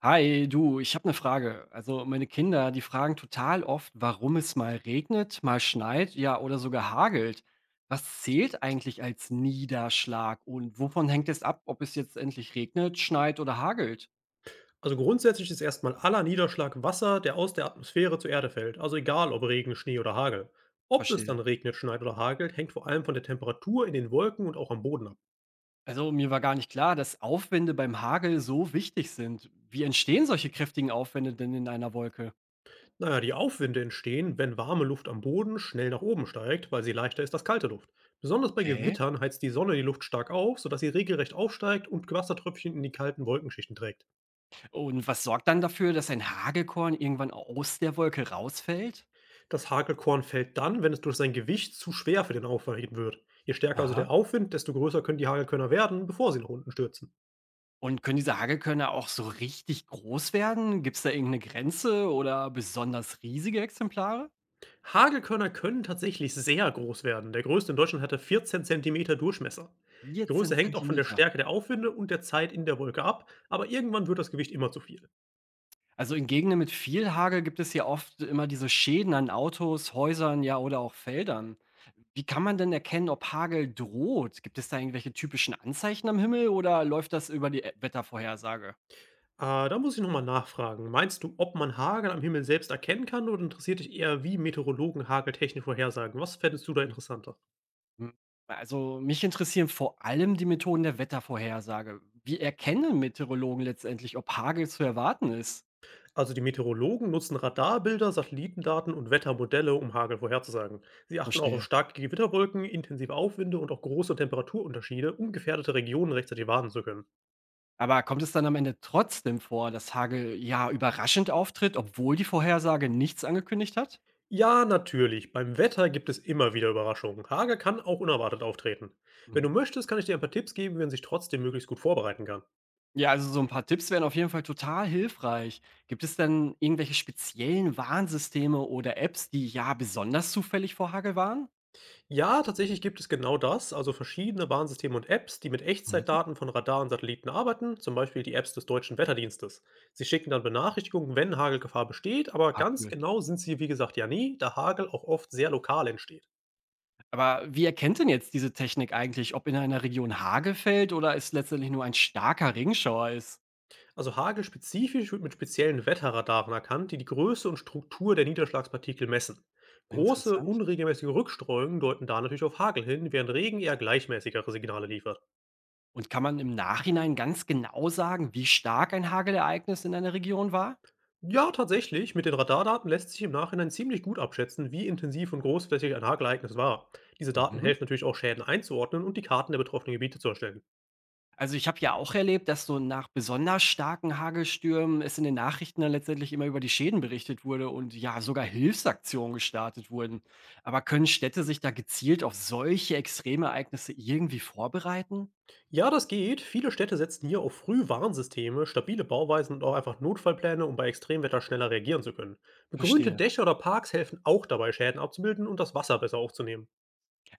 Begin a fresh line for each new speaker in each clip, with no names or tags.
Hi, du, ich habe eine Frage. Also meine Kinder, die fragen total oft, warum es mal regnet, mal schneit, ja, oder sogar hagelt. Was zählt eigentlich als Niederschlag und wovon hängt es ab, ob es jetzt endlich regnet, schneit oder hagelt?
Also grundsätzlich ist erstmal aller Niederschlag Wasser, der aus der Atmosphäre zur Erde fällt, also egal ob Regen, Schnee oder Hagel. Ob es dann
Verstehe.
regnet, schneit oder hagelt, hängt vor allem von der Temperatur in den Wolken und auch am Boden ab.
Also mir war gar nicht klar, dass Aufwände beim Hagel so wichtig sind. Wie entstehen solche kräftigen Aufwände denn in einer Wolke?
Naja, die Aufwinde entstehen, wenn warme Luft am Boden schnell nach oben steigt, weil sie leichter ist als kalte Luft. Besonders bei
Okay.
Gewittern heizt die Sonne die Luft stark auf, sodass sie regelrecht aufsteigt und Wassertröpfchen in die kalten Wolkenschichten trägt.
Und was sorgt dann dafür, dass ein Hagelkorn irgendwann aus der Wolke rausfällt?
Das Hagelkorn fällt dann, wenn es durch sein Gewicht zu schwer für den Aufwind wird. Je stärker also der
Aha.
Aufwind, desto größer können die Hagelkörner werden, bevor sie nach unten stürzen.
Und können diese Hagelkörner auch so richtig groß werden? Gibt es da irgendeine Grenze oder besonders riesige Exemplare?
Hagelkörner können tatsächlich sehr groß werden. Der größte in Deutschland hatte 14 Zentimeter Durchmesser. Die
14
Größe hängt auch von der
Zentimeter.
Stärke der Aufwinde und der Zeit in der Wolke ab, aber irgendwann wird das Gewicht immer zu viel.
Also, in Gegenden mit viel Hagel gibt es ja oft immer diese Schäden an Autos, Häusern, ja, oder auch Feldern. Wie kann man denn erkennen, ob Hagel droht? Gibt es da irgendwelche typischen Anzeichen am Himmel oder läuft das über die, Wettervorhersage?
Da muss ich nochmal nachfragen. Meinst du, ob man Hagel am Himmel selbst erkennen kann oder interessiert dich eher, wie Meteorologen Hageltechnik vorhersagen? Was fändest du da interessanter?
Hm, also, mich interessieren vor allem die Methoden der Wettervorhersage. Wie erkennen Meteorologen letztendlich, ob Hagel zu erwarten ist?
Also die Meteorologen nutzen Radarbilder, Satellitendaten und Wettermodelle, um Hagel vorherzusagen. Sie achten auch auf
Verstehe.
starke Gewitterwolken, intensive Aufwinde und auch große Temperaturunterschiede, um gefährdete Regionen rechtzeitig warnen zu können.
Aber kommt es dann am Ende trotzdem vor, dass Hagel ja überraschend auftritt, obwohl die Vorhersage nichts angekündigt hat?
Ja, natürlich. Beim Wetter gibt es immer wieder Überraschungen. Hagel kann auch unerwartet auftreten. Wenn du
Mhm.
möchtest, kann ich dir ein paar Tipps geben, wie man sich trotzdem möglichst gut vorbereiten kann.
Ja, also so ein paar Tipps wären auf jeden Fall total hilfreich. Gibt es denn irgendwelche speziellen Warnsysteme oder Apps, die ja besonders zufällig vor Hagel warnen?
Ja, tatsächlich gibt es genau das, also verschiedene Warnsysteme und Apps, die mit
Mhm.
Echtzeitdaten von Radar und Satelliten arbeiten, zum Beispiel die Apps des deutschen Wetterdienstes. Sie schicken dann Benachrichtigungen, wenn Hagelgefahr besteht, aber
Ah,
ganz
cool.
genau sind sie, wie gesagt, ja nie, da Hagel auch oft sehr lokal entsteht.
Aber wie erkennt denn jetzt diese Technik eigentlich, ob in einer Region Hagel fällt oder es letztendlich nur ein starker Regenschauer ist?
Also Hagel spezifisch wird mit speziellen Wetterradaren erkannt, die die Größe und Struktur der Niederschlagspartikel messen. Große,
Interessant.
unregelmäßige Rückstreuungen deuten da natürlich auf Hagel hin, während Regen eher gleichmäßigere Signale liefert.
Und kann man im Nachhinein ganz genau sagen, wie stark ein Hagelereignis in einer Region war?
Ja, tatsächlich, mit den Radardaten lässt sich im Nachhinein ziemlich gut abschätzen, wie intensiv und großflächig ein Hagelereignis war. Diese Daten
Mhm.
helfen natürlich auch Schäden einzuordnen und die Karten der betroffenen Gebiete zu erstellen.
Also, ich habe ja auch erlebt, dass so nach besonders starken Hagelstürmen es in den Nachrichten dann letztendlich immer über die Schäden berichtet wurde und ja, sogar Hilfsaktionen gestartet wurden. Aber können Städte sich da gezielt auf solche Extremereignisse irgendwie vorbereiten?
Ja, das geht. Viele Städte setzen hier auf Frühwarnsysteme, stabile Bauweisen und auch einfach Notfallpläne, um bei Extremwetter schneller reagieren zu können. Begrünte
Verstehe.
Dächer oder Parks helfen auch dabei, Schäden abzubilden und das Wasser besser aufzunehmen.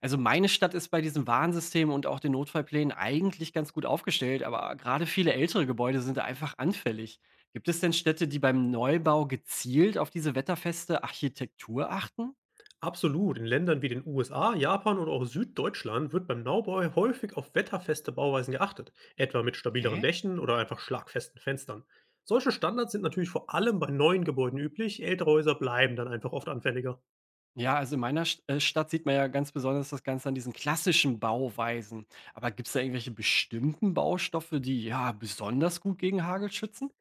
Also meine Stadt ist bei diesem Warnsystem und auch den Notfallplänen eigentlich ganz gut aufgestellt, aber gerade viele ältere Gebäude sind da einfach anfällig. Gibt es denn Städte, die beim Neubau gezielt auf diese wetterfeste Architektur achten?
Absolut, in Ländern wie den USA, Japan oder auch Süddeutschland wird beim Neubau häufig auf wetterfeste Bauweisen geachtet, etwa mit stabileren
Okay.
Dächern oder einfach schlagfesten Fenstern. Solche Standards sind natürlich vor allem bei neuen Gebäuden üblich, ältere Häuser bleiben dann einfach oft anfälliger.
Ja, also in meiner St Stadt sieht man ja ganz besonders das Ganze an diesen klassischen Bauweisen. Aber gibt es da irgendwelche bestimmten Baustoffe, die ja besonders gut gegen Hagel schützen?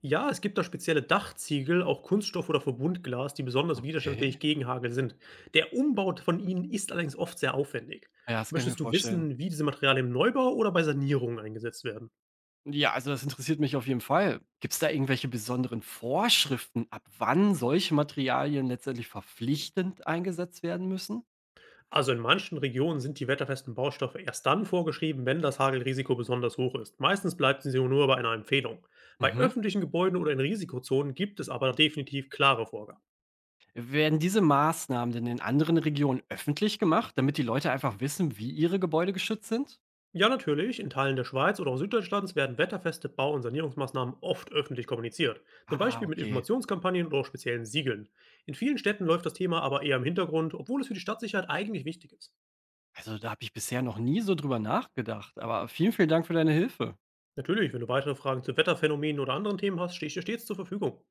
Ja, es gibt da spezielle Dachziegel, auch Kunststoff oder Verbundglas, die besonders widerstandsfähig
Okay.
gegen Hagel sind. Der Umbau von ihnen ist allerdings oft sehr aufwendig.
Ja, das kann ich mir
Möchtest du
vorstellen.
wissen, wie diese Materialien im Neubau oder bei Sanierungen eingesetzt werden?
Ja, also das interessiert mich auf jeden Fall. Gibt es da irgendwelche besonderen Vorschriften, ab wann solche Materialien letztendlich verpflichtend eingesetzt werden müssen?
Also in manchen Regionen sind die wetterfesten Baustoffe erst dann vorgeschrieben, wenn das Hagelrisiko besonders hoch ist. Meistens bleibt sie nur bei einer Empfehlung. Bei
Mhm.
öffentlichen Gebäuden oder in Risikozonen gibt es aber definitiv klare Vorgaben.
Werden diese Maßnahmen denn in anderen Regionen öffentlich gemacht, damit die Leute einfach wissen, wie ihre Gebäude geschützt sind?
Ja, natürlich. In Teilen der Schweiz oder auch Süddeutschlands werden wetterfeste Bau- und Sanierungsmaßnahmen oft öffentlich kommuniziert. Zum
Ah,
Beispiel mit
okay.
Informationskampagnen oder auch speziellen Siegeln. In vielen Städten läuft das Thema aber eher im Hintergrund, obwohl es für die Stadtsicherheit eigentlich wichtig ist.
Also, da habe ich bisher noch nie so drüber nachgedacht, aber vielen, vielen Dank für deine Hilfe.
Natürlich, wenn du weitere Fragen zu Wetterphänomenen oder anderen Themen hast, stehe ich dir stets zur Verfügung.